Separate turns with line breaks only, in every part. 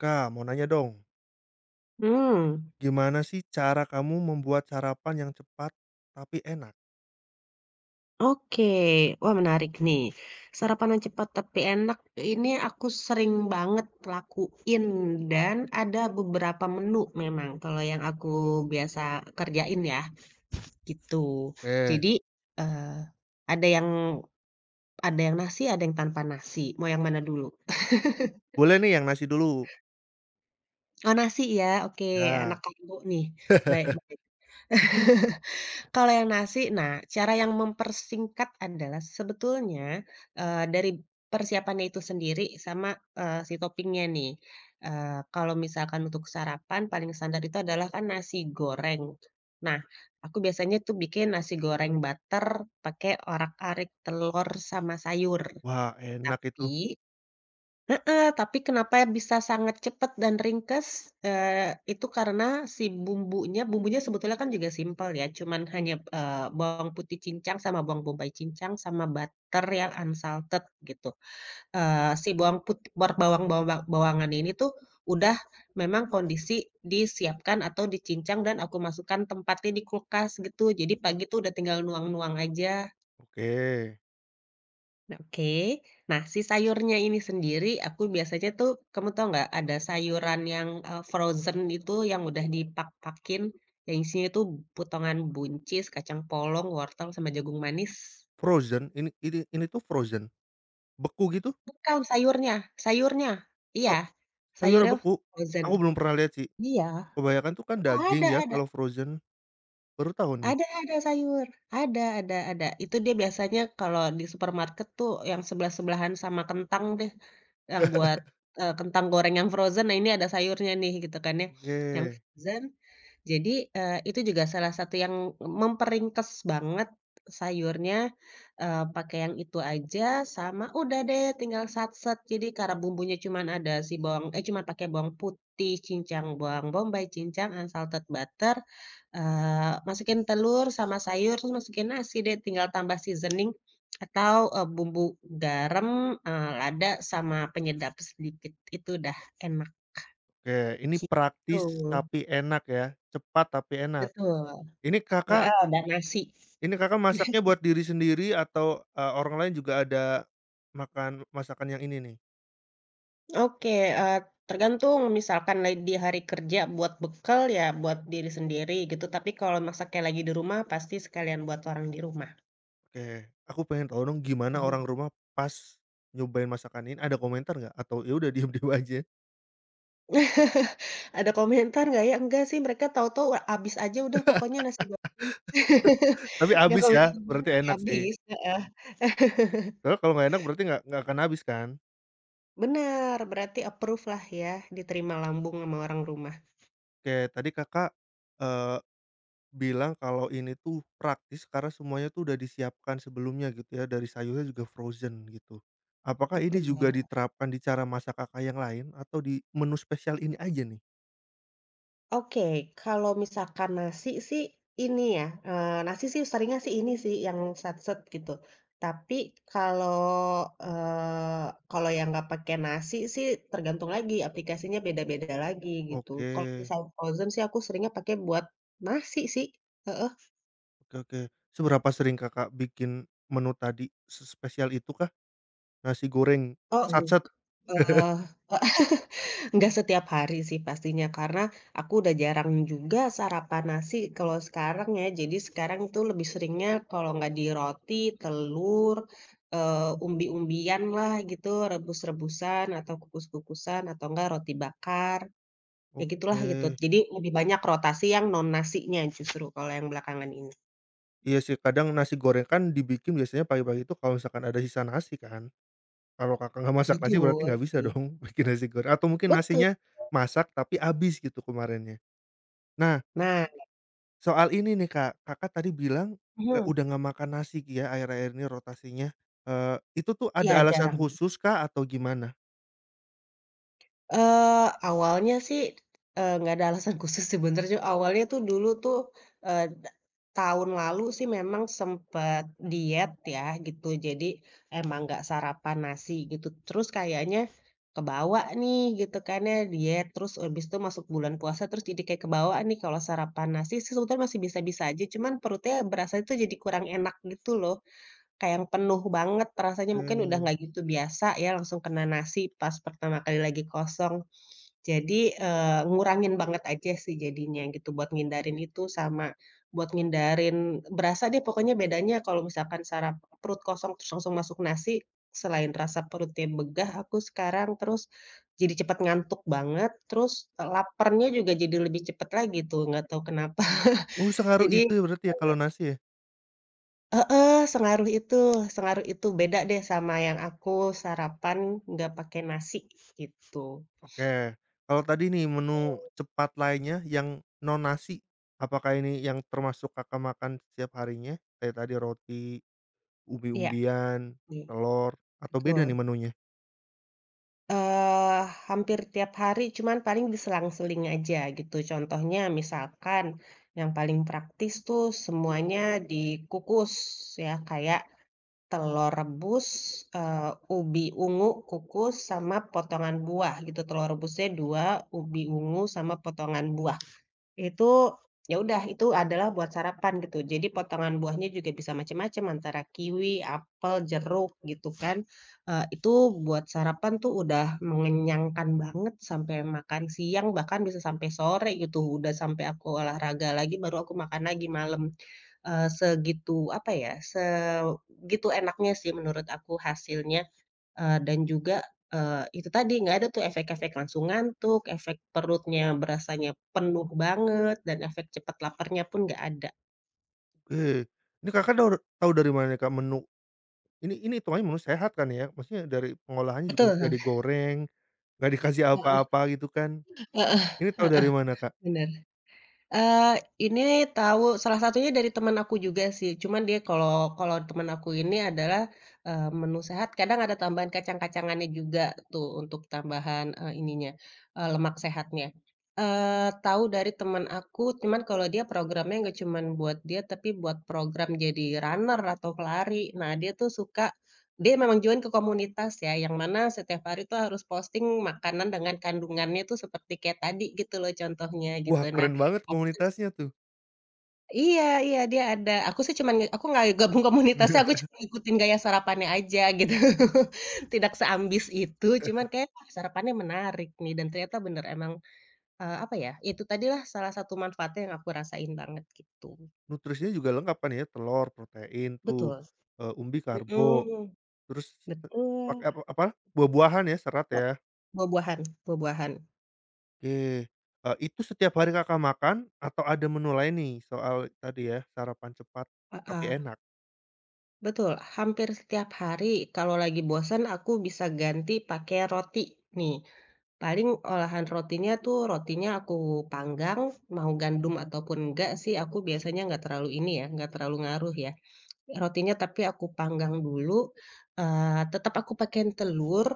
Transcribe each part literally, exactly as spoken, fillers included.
Kak, mau nanya dong,
Hmm.
gimana sih cara kamu membuat sarapan yang cepat tapi enak?
Oke. Wah, menarik nih. Sarapan yang cepat tapi enak ini aku sering banget lakuin, dan ada beberapa menu memang kalau yang aku biasa kerjain ya, gitu.
Oke,
Jadi, eee, ada yang ada yang nasi, ada yang tanpa nasi. Mau yang mana dulu?
boleh nih yang nasi dulu.
Oh, nasi ya? Oke, anak
Ya,
karbo nih. Baik, baik. Kalau yang nasi, nah, cara yang mempersingkat adalah sebetulnya, eee, dari persiapannya itu sendiri, sama, eee, si toppingnya nih. Eee, kalau misalkan untuk sarapan paling standar itu adalah kan nasi goreng. Nah, aku biasanya tuh bikin nasi goreng butter pakai orak-arik telur sama sayur.
wah enak itu.
tapi Heeh, tapi kenapa bisa sangat cepat dan ringkes? Eee, itu karena si bumbunya bumbunya sebetulnya kan juga simpel ya, cuman hanya, eee, bawang putih cincang sama bawang bombay cincang sama butter yang unsalted gitu. Eee, si bawang putih, bar bawang bawang bawangan ini tuh udah memang kondisi disiapkan atau dicincang, dan aku masukkan tempatnya di kulkas gitu, jadi pagi tuh udah tinggal nuang-nuang aja.
Oke,
Nah, oke. Nah, si sayurnya ini sendiri aku biasanya tuh, kamu tau nggak ada sayuran yang, eee, frozen itu yang udah dipak-pakin, yang isinya tuh potongan buncis, kacang polong, wortel, sama jagung manis.
frozen? Ini ini ini tuh frozen? Beku gitu?
Bukan sayurnya, sayurnya,
Oh,
iya,
sayurnya
sayurnya
beku?
frozen.
Aku belum pernah lihat sih.
Iya.
Kebanyakan tuh kan
Oh,
daging
ada
ya
ada
kalau frozen, baru tahu nih.
ada ada sayur, ada, ada, ada. Itu dia biasanya kalau di supermarket tuh yang sebelah-sebelahan sama kentang deh. Yang buat, eee, kentang goreng yang frozen, nah ini ada sayurnya nih gitu kan ya,
Oke,
yang frozen. Jadi, eee, itu juga salah satu yang memperingkes banget sayurnya, eee, pakai yang itu aja sama udah deh tinggal satset. Jadi karena bumbunya cuman ada si bawang, eh, cuman pakai bawang putih cincang, bawang bombay cincang, unsalted butter, eee, masukin telur sama sayur, terus masukin nasi deh, tinggal tambah seasoning atau, eee, bumbu garam, eee, lada sama penyedap sedikit, itu udah enak,
oke ini praktis
gitu.
tapi enak ya, cepat tapi enak.
Betul.
Ini Kakak
Heeh, dan nasi.
Ini Kakak masaknya buat diri sendiri atau, eee, orang lain juga ada makan masakan yang ini nih?
Oke, eee, tergantung misalkan lagi di hari kerja buat bekal ya buat diri sendiri gitu, tapi kalau masaknya lagi di rumah pasti sekalian buat orang di rumah.
Oke, aku pengen tahu dong gimana
Mhm.
orang rumah pas nyobain masakan ini, ada komentar nggak atau ya udah diem-diem aja?
Ada komentar nggak ya? Enggak sih, mereka tahu-tahu habis aja udah pokoknya nasi goreng.
Tapi
Nggak
habis
komentar
ya,
apa-apa
berarti
tapi
enak sih.
habis, heeh.
Soalnya kalau nggak enak berarti nggak nggak akan habis kan?
Bener, berarti approve lah ya, diterima lambung sama orang rumah.
Oke, tadi Kakak, eee, bilang kalau ini tuh praktis karena semuanya tuh udah disiapkan sebelumnya gitu ya, dari sayurnya juga frozen gitu. Apakah ini
Betul.
juga diterapkan di cara masak Kakak yang lain atau di menu spesial ini aja nih?
Oke, kalau misalkan nasi sih ini ya, eee, nasi sih seringnya sih ini sih yang setset gitu. Tapi kalau, eee, kalau yang nggak pakai nasi sih tergantung lagi, aplikasinya beda-beda lagi gitu.
Oke,
Kalau misal frozen sih aku seringnya pakai buat nasi sih, heeh.
oke oke. Seberapa sering Kakak bikin menu tadi sespesial itukah? Nasi goreng
Oh. Mmm.
satset?
eee Nggak setiap hari sih pastinya, karena aku udah jarang juga sarapan nasi kalau sekarang ya. Jadi sekarang itu lebih seringnya kalau nggak di roti, telur, eee, umbi-umbian lah gitu, rebus-rebusan atau kukus-kukusan atau enggak roti bakar, ya gitulah
Oke,
gitu. Jadi lebih banyak rotasi yang non nasinya justru kalau yang belakangan ini.
iya sih kadang nasi goreng kan dibikin biasanya pagi-pagi itu kalau misalkan ada sisa nasi kan. Kalau Kakak nggak masak nasi berarti
Betul
nggak bisa
sih,
dong bikin nasi goreng atau mungkin
betul.
nasinya masak tapi habis gitu kemarinnya. Nah,
Nah,
soal ini nih Kak, Kakak tadi bilang, eee,
mhm,
udah nggak makan nasi ya akhir-akhir ini rotasinya, eee, itu tuh ada
iya
alasan
jarang.
khusus kah atau gimana?
Eee, awalnya sih, eee, nggak ada alasan khusus sebenernya, awalnya tuh dulu tuh, eee, da tahun lalu sih memang sempet diet ya gitu, jadi emang nggak sarapan nasi gitu, terus kayaknya kebawa nih gitu kan ya diet, terus habis itu masuk bulan puasa, terus jadi kayak kebawa nih kalau sarapan nasi sih sebetulnya masih bisa-bisa aja, cuman perutnya berasa itu jadi kurang enak gitu loh, kayak yang penuh banget rasanya, mungkin udah
Mmm.
nggak gitu biasa ya langsung kena nasi pas pertama kali lagi kosong. Jadi, eee, ngurangin banget aja sih jadinya gitu buat ngindarin itu, sama buat ngindarin berasa deh pokoknya bedanya kalau misalkan sarap perut kosong terus langsung masuk nasi, selain rasa perutnya begah aku sekarang terus jadi cepet ngantuk banget, terus, eee, laparnya juga jadi lebih cepet lagi tuh nggak tahu kenapa.
Oh, sengaruh
Jadi
itu ya berarti ya kalau nasi ya?
heeh, sengaruh itu sengaruh itu beda deh sama yang aku sarapan nggak pakai nasi gitu.
Oke. Kalau tadi nih menu cepat lainnya yang non nasi, apakah ini yang termasuk Kakak makan setiap harinya? Kayak tadi roti,
Iya,
umbi-umbian,
nih
telur, atau
betul.
beda nih menunya?
Eee, hampir tiap hari, cuman paling diselang-seling aja gitu. Contohnya misalkan yang paling praktis tuh semuanya dikukus ya, kayak telur rebus, eee, ubi ungu kukus sama potongan buah gitu. Telur rebusnya dua, ubi ungu sama potongan buah. Itu, ya udah itu adalah buat sarapan gitu. Jadi potongan buahnya juga bisa macam-macam antara kiwi, apel, jeruk gitu kan. Eee, itu buat sarapan tuh udah mengenyangkan banget sampai makan siang, bahkan bisa sampai sore gitu. Udah sampai aku olahraga lagi baru aku makan lagi malam. Eee, segitu apa ya, segitu enaknya sih menurut aku hasilnya. Eee, dan juga, eee, itu tadi nggak ada tuh efek-efek langsung ngantuk, efek perutnya berasanya penuh banget, dan efek cepat laparnya pun nggak ada.
Oke. Ini Kakak daur tahu dari mana nih Kak menu ini ini hitungannya menu sehat kan ya? Maksudnya dari pengolahannya juga
Betul.
nggak digoreng, nggak dikasih
Heeh,
apa-apa gitu kan.
heeh,
Ini tahu
heeh,
dari mana Kak?
benar. Eee, ini tahu salah satunya dari teman aku juga sih, cuman dia kalau kalau teman aku ini adalah, eee, menu sehat kadang ada tambahan kacang-kacangannya juga tuh untuk tambahan, eee, ininya, eee, lemak sehatnya. Eee, tahu dari teman aku, cuman kalau dia programnya nggak cuman buat dia, tapi buat program jadi runner atau pelari. Nah, dia tuh suka dia memang join ke komunitas ya, yang mana setiap hari tuh harus posting makanan dengan kandungannya tuh seperti kayak tadi gitu loh contohnya,
Wah
gitu. Nah,
keren banget
Aku terus
komunitasnya tuh.
iya, iya, dia ada. Aku sih cuman aku nggak gabung komunitasnya, aku cuma ngikutin gaya sarapannya aja gitu. Tidak seambis itu, cuman kayak, "Wah, sarapannya menarik nih," dan ternyata bener emang, eee, apa ya, itu tadilah salah satu manfaatnya yang aku rasain banget gitu.
Nutrisinya juga lengkap kan ya, telur, protein tuh,
Betul,
eee, umbi karbo,
mhm,
terus pakai
betul.
apa apa, buah-buahan ya, serat
Wak
ya, oke.
buah-buahan buah-buahan,
Eee, itu setiap hari Kakak makan atau ada menu lain nih soal tadi ya, sarapan cepat tapi
heeh,
enak?
betul. Hampir setiap hari kalau lagi bosan aku bisa ganti pakai roti nih. Paling olahan rotinya tuh, rotinya aku panggang, mau gandum ataupun enggak sih, aku biasanya nggak terlalu ini ya, nggak terlalu ngaruh ya. Rotinya tapi aku panggang dulu, eee, tetap aku pakai telur,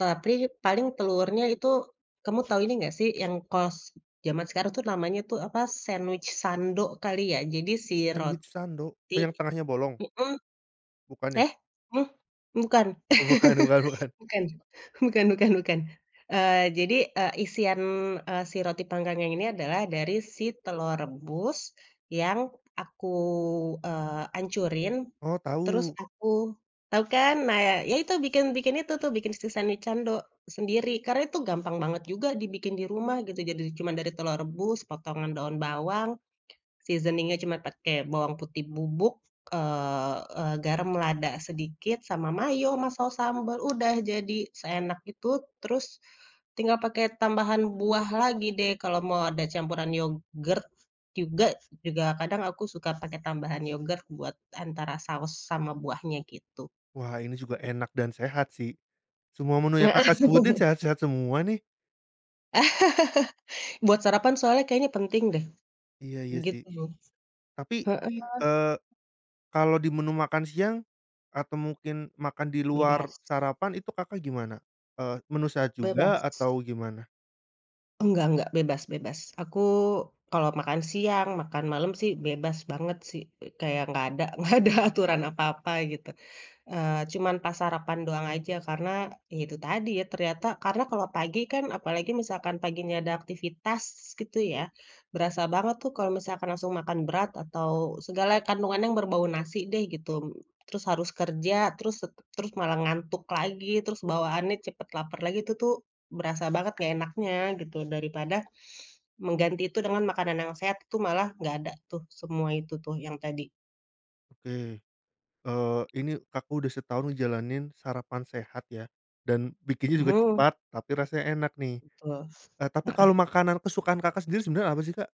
tapi paling telurnya itu, kamu tahu ini nggak sih, yang kos zaman sekarang tuh namanya tuh apa, sandwich sando kali ya? Jadi si roti
Sandwich sando, oh yang tengahnya bolong,
mhm,
bukan ya?
eh? Mmm, bukan?
Oh bukan bukan bukan.
Bukan, bukan, bukan, bukan, eee, jadi, eee, isian, eee, si roti panggangnya ini adalah dari si telur rebus yang aku, eee, hancurin,
Oh
terus
tahu.
aku tahu kan? Nah, ya itu bikin bikin itu tuh, bikin si sandwich cando sendiri, karena itu gampang banget juga dibikin di rumah gitu, jadi cuman dari telur rebus, potongan daun bawang. Seasoning-nya cuma pakai bawang putih bubuk, eee eee, garam lada sedikit, sama mayo, sama saus sambal, udah jadi seenak itu. Terus tinggal pakai tambahan buah lagi deh kalau mau, ada campuran yogurt juga, juga kadang aku suka pakai tambahan yogurt buat antara saus sama buahnya gitu.
Wah ini juga enak dan sehat sih. Semua menu yang Kakak sebutin sehat-sehat semua nih.
Heeh, ah, buat sarapan soalnya kayaknya penting deh,
Iya iya sih.
gitu.
Tapi,
Heeh,
eee kalau di menu makan siang, atau mungkin makan di luar
bebas,
sarapan itu Kakak gimana? Eee, menu sehat juga
bebas.
atau gimana?
Enggak enggak, bebas, bebas. Aku kalau makan siang, makan malam sih bebas banget sih, kayak nggak ada nggak ada aturan apa-apa gitu. Eee, cuman pas sarapan doang aja karena ya itu tadi ya ternyata karena kalau pagi kan apalagi misalkan paginya ada aktivitas gitu ya, berasa banget tuh kalau misalkan langsung makan berat atau segala kandungan yang berbau nasi deh gitu, terus harus kerja terus tet terus malah ngantuk lagi, terus bawaannya cepet lapar lagi itu tuh berasa banget nggak enaknya gitu. Daripada mengganti itu dengan makanan yang sehat tuh malah nggak ada tuh semua itu tuh yang tadi.
Oke, eee, ini Kakak udah setahun ngejalanin sarapan sehat ya, dan bikinnya juga
Mhm,
cepat, tapi rasanya enak nih.
betul,
Eee, tapi
heeh.
kalau makanan kesukaan Kakak sendiri sebenarnya apa sih, Kak?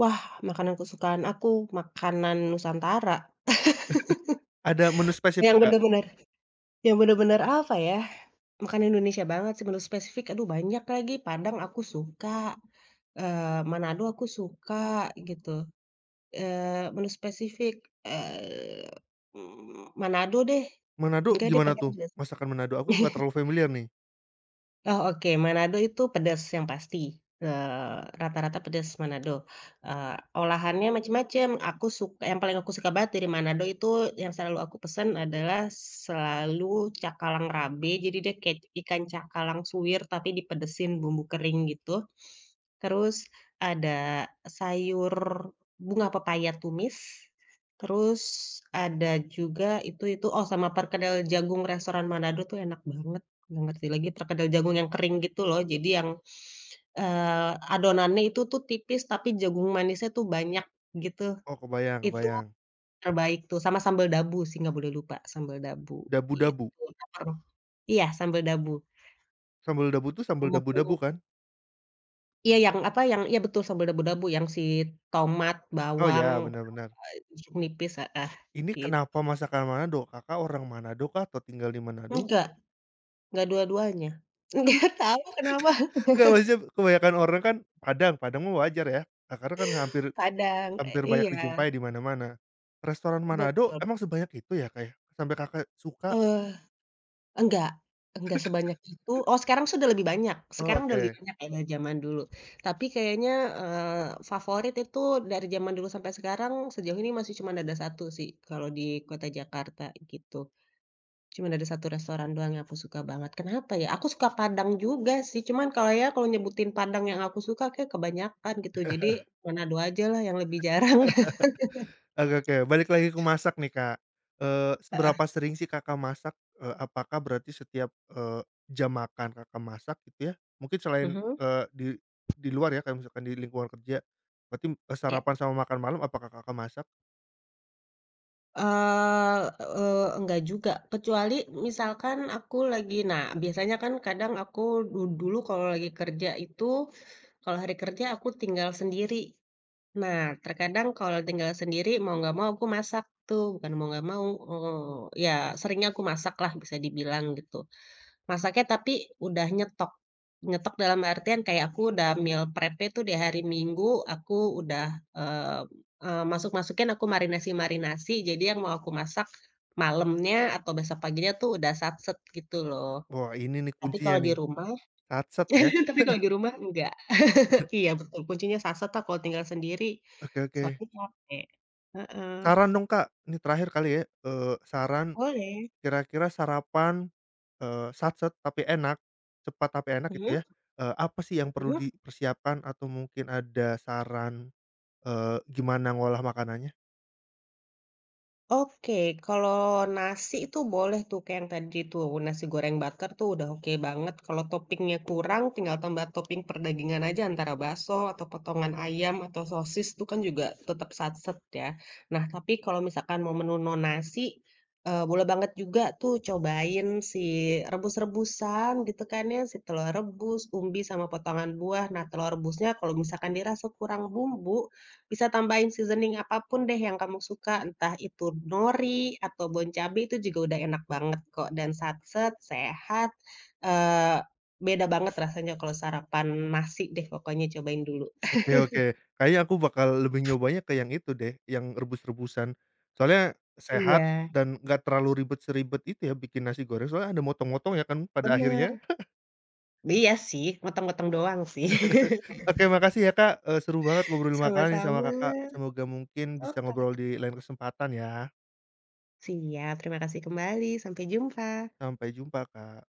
Wah, makanan kesukaan aku, makanan Nusantara.
Ada menu spesifik
Yang
nggak?
bener-bener yang bener-bener apa ya, makanan Indonesia banget sih, menu spesifik, aduh banyak lagi. Padang aku suka, eee, Manado aku suka, gitu. Eee, menu spesifik, eee, mmm, Manado deh.
Manado
Enggak deh,
gimana
Padang
tuh?
juga.
Masakan Manado, aku nggak terlalu familiar nih.
Oh, oke. Manado itu pedas yang pasti, eee, rata-rata pedas Manado, eee, olahannya macam-macam. Aku suka, yang paling aku suka banget dari Manado itu yang selalu aku pesen adalah selalu cakalang rabe, jadi dia kayak ikan cakalang suwir tapi dipedesin bumbu kering gitu. Terus ada sayur bunga pepaya tumis, terus ada juga itu itu oh, sama perkedel jagung restoran Manado tuh enak banget. Nggak ngerti lagi perkedel jagung yang kering gitu loh, jadi yang, eee, adonannya itu tuh tipis tapi jagung manisnya tuh banyak gitu,
Oh kebayang
itu
kebayang.
terbaik tuh, sama sambal dabu sih nggak boleh lupa, sambal dabu
Dabu-dabu?
gitu. Iya, sambal dabu.
Sambal dabu tuh sambal dabu-dabu kan?
Iya yang apa, yang iya betul sambal dabu-dabu yang si tomat,
Oh
bawang,
ya, benar benar.
eee, jeruk nipis, heeh,
Ini
gitu.
kenapa masakan Manado? Kakak orang Manado kah atau tinggal di Manado?
Enggak, enggak dua-duanya.
Terus
Nggak tahu kenapa.
nggak, maksudnya kebanyakan orang kan Padang, Padang mah wajar ya, eee, karena kan hampir
Kadang,
hampir banyak
iya,
dijumpai di mana-mana. Restoran Manado
betul,
emang sebanyak itu ya, Kak, ya? Sampai Kakak suka?
heeh. Enggak enggak sebanyak itu. Oh, sekarang sudah lebih banyak,
Oh,
sekarang udah lebih
oke.
banyak ya dari zaman dulu. Tapi kayaknya, eee, favorit itu dari zaman dulu sampai sekarang sejauh ini masih cuman ada satu sih kalau di kota Jakarta gitu. Cuman ada satu restoran doang yang aku suka banget. Kenapa ya? Aku suka Padang juga sih, cuman kayaknya kalau nyebutin Padang yang aku suka kayak kebanyakan gitu. Jadi Manado ajalah yang lebih jarang.
Oke oke, balik lagi ke masak nih, Kak. Eee,
Heeh.
seberapa sering sih Kakak masak? Eee, apakah berarti setiap, eee, jam makan Kakak masak gitu ya? Mungkin selain,
Mhm.
eee, di di luar ya, kayak misalkan di lingkungan kerja, berarti, eee,
Iya.
sarapan sama makan malam apakah Kakak masak?
Eee eee, Enggak juga, kecuali misalkan aku lagi nah, biasanya kan kadang aku du dulu kalau lagi kerja itu, kalau hari kerja aku tinggal sendiri. Nah, terkadang kalau tinggal sendiri mau nggak mau aku masak tuh, bukan mau nggak mau, eee, ya seringnya aku masaklah bisa dibilang gitu. Masaknya tapi udah nyetok. Nyetok dalam artian kayak aku udah meal prep-nya tuh di hari Minggu, aku udah, eee eee, masuk-masukin aku marinasi-marinasi, jadi yang mau aku masak malamnya atau besok paginya tuh udah satset gitu loh.
Wah, ini nih
Tapi
kuncinya
kalau di
nih,
rumah
satset ya?
tapi kalau di rumah enggak. Iya betul, kuncinya satset lah kalau tinggal sendiri,
Oke oke.
soalnya capek. Heeh.
Saran dong, Kak, ini terakhir kali ya, eee, saran
Boleh.
kira-kira sarapan, eee, satset tapi enak, cepat tapi enak gitu
Mhm,
ya, eee, apa sih yang perlu
mhm.
dipersiapkan atau mungkin ada saran, eee, gimana ngolah makanannya?
Oke, kalau nasi itu boleh tuh kayak yang tadi tuh, nasi goreng butter tuh udah oke banget. Kalau toppingnya kurang, tinggal tambah topping perdagangan aja antara bakso atau potongan ayam atau sosis tuh kan juga tetap satset ya. Nah, tapi kalau misalkan mau menu non nasi, eh, boleh banget juga tuh cobain si rebus-rebusan gitu kan ya, si telur rebus, umbi sama potongan buah. Nah, telur rebusnya kalau misalkan dirasa kurang bumbu, bisa tambahin seasoning apapun deh yang kamu suka, entah itu nori atau bon cabe itu juga udah enak banget kok dan satset, sehat, eee, beda banget rasanya kalau sarapan nasi deh pokoknya cobain dulu.
Oke oke, kayaknya aku bakal lebih nyobanya ke yang itu deh, yang rebus-rebusan. Soalnya sehat
Iya,
dan nggak terlalu ribet seribet itu ya bikin nasi goreng, soalnya ada motong-motong ya kan pada akhirnya.
bener. Iya sih, motong-motong doang sih.
Oke, makasih ya, Kak, eee, seru banget ngobrol makanan nih sama
Sama-sama,
Kakak. Semoga mungkin bisa
oka
ngobrol di lain kesempatan ya.
siap, terima kasih kembali, sampai jumpa.
Sampai jumpa, Kak.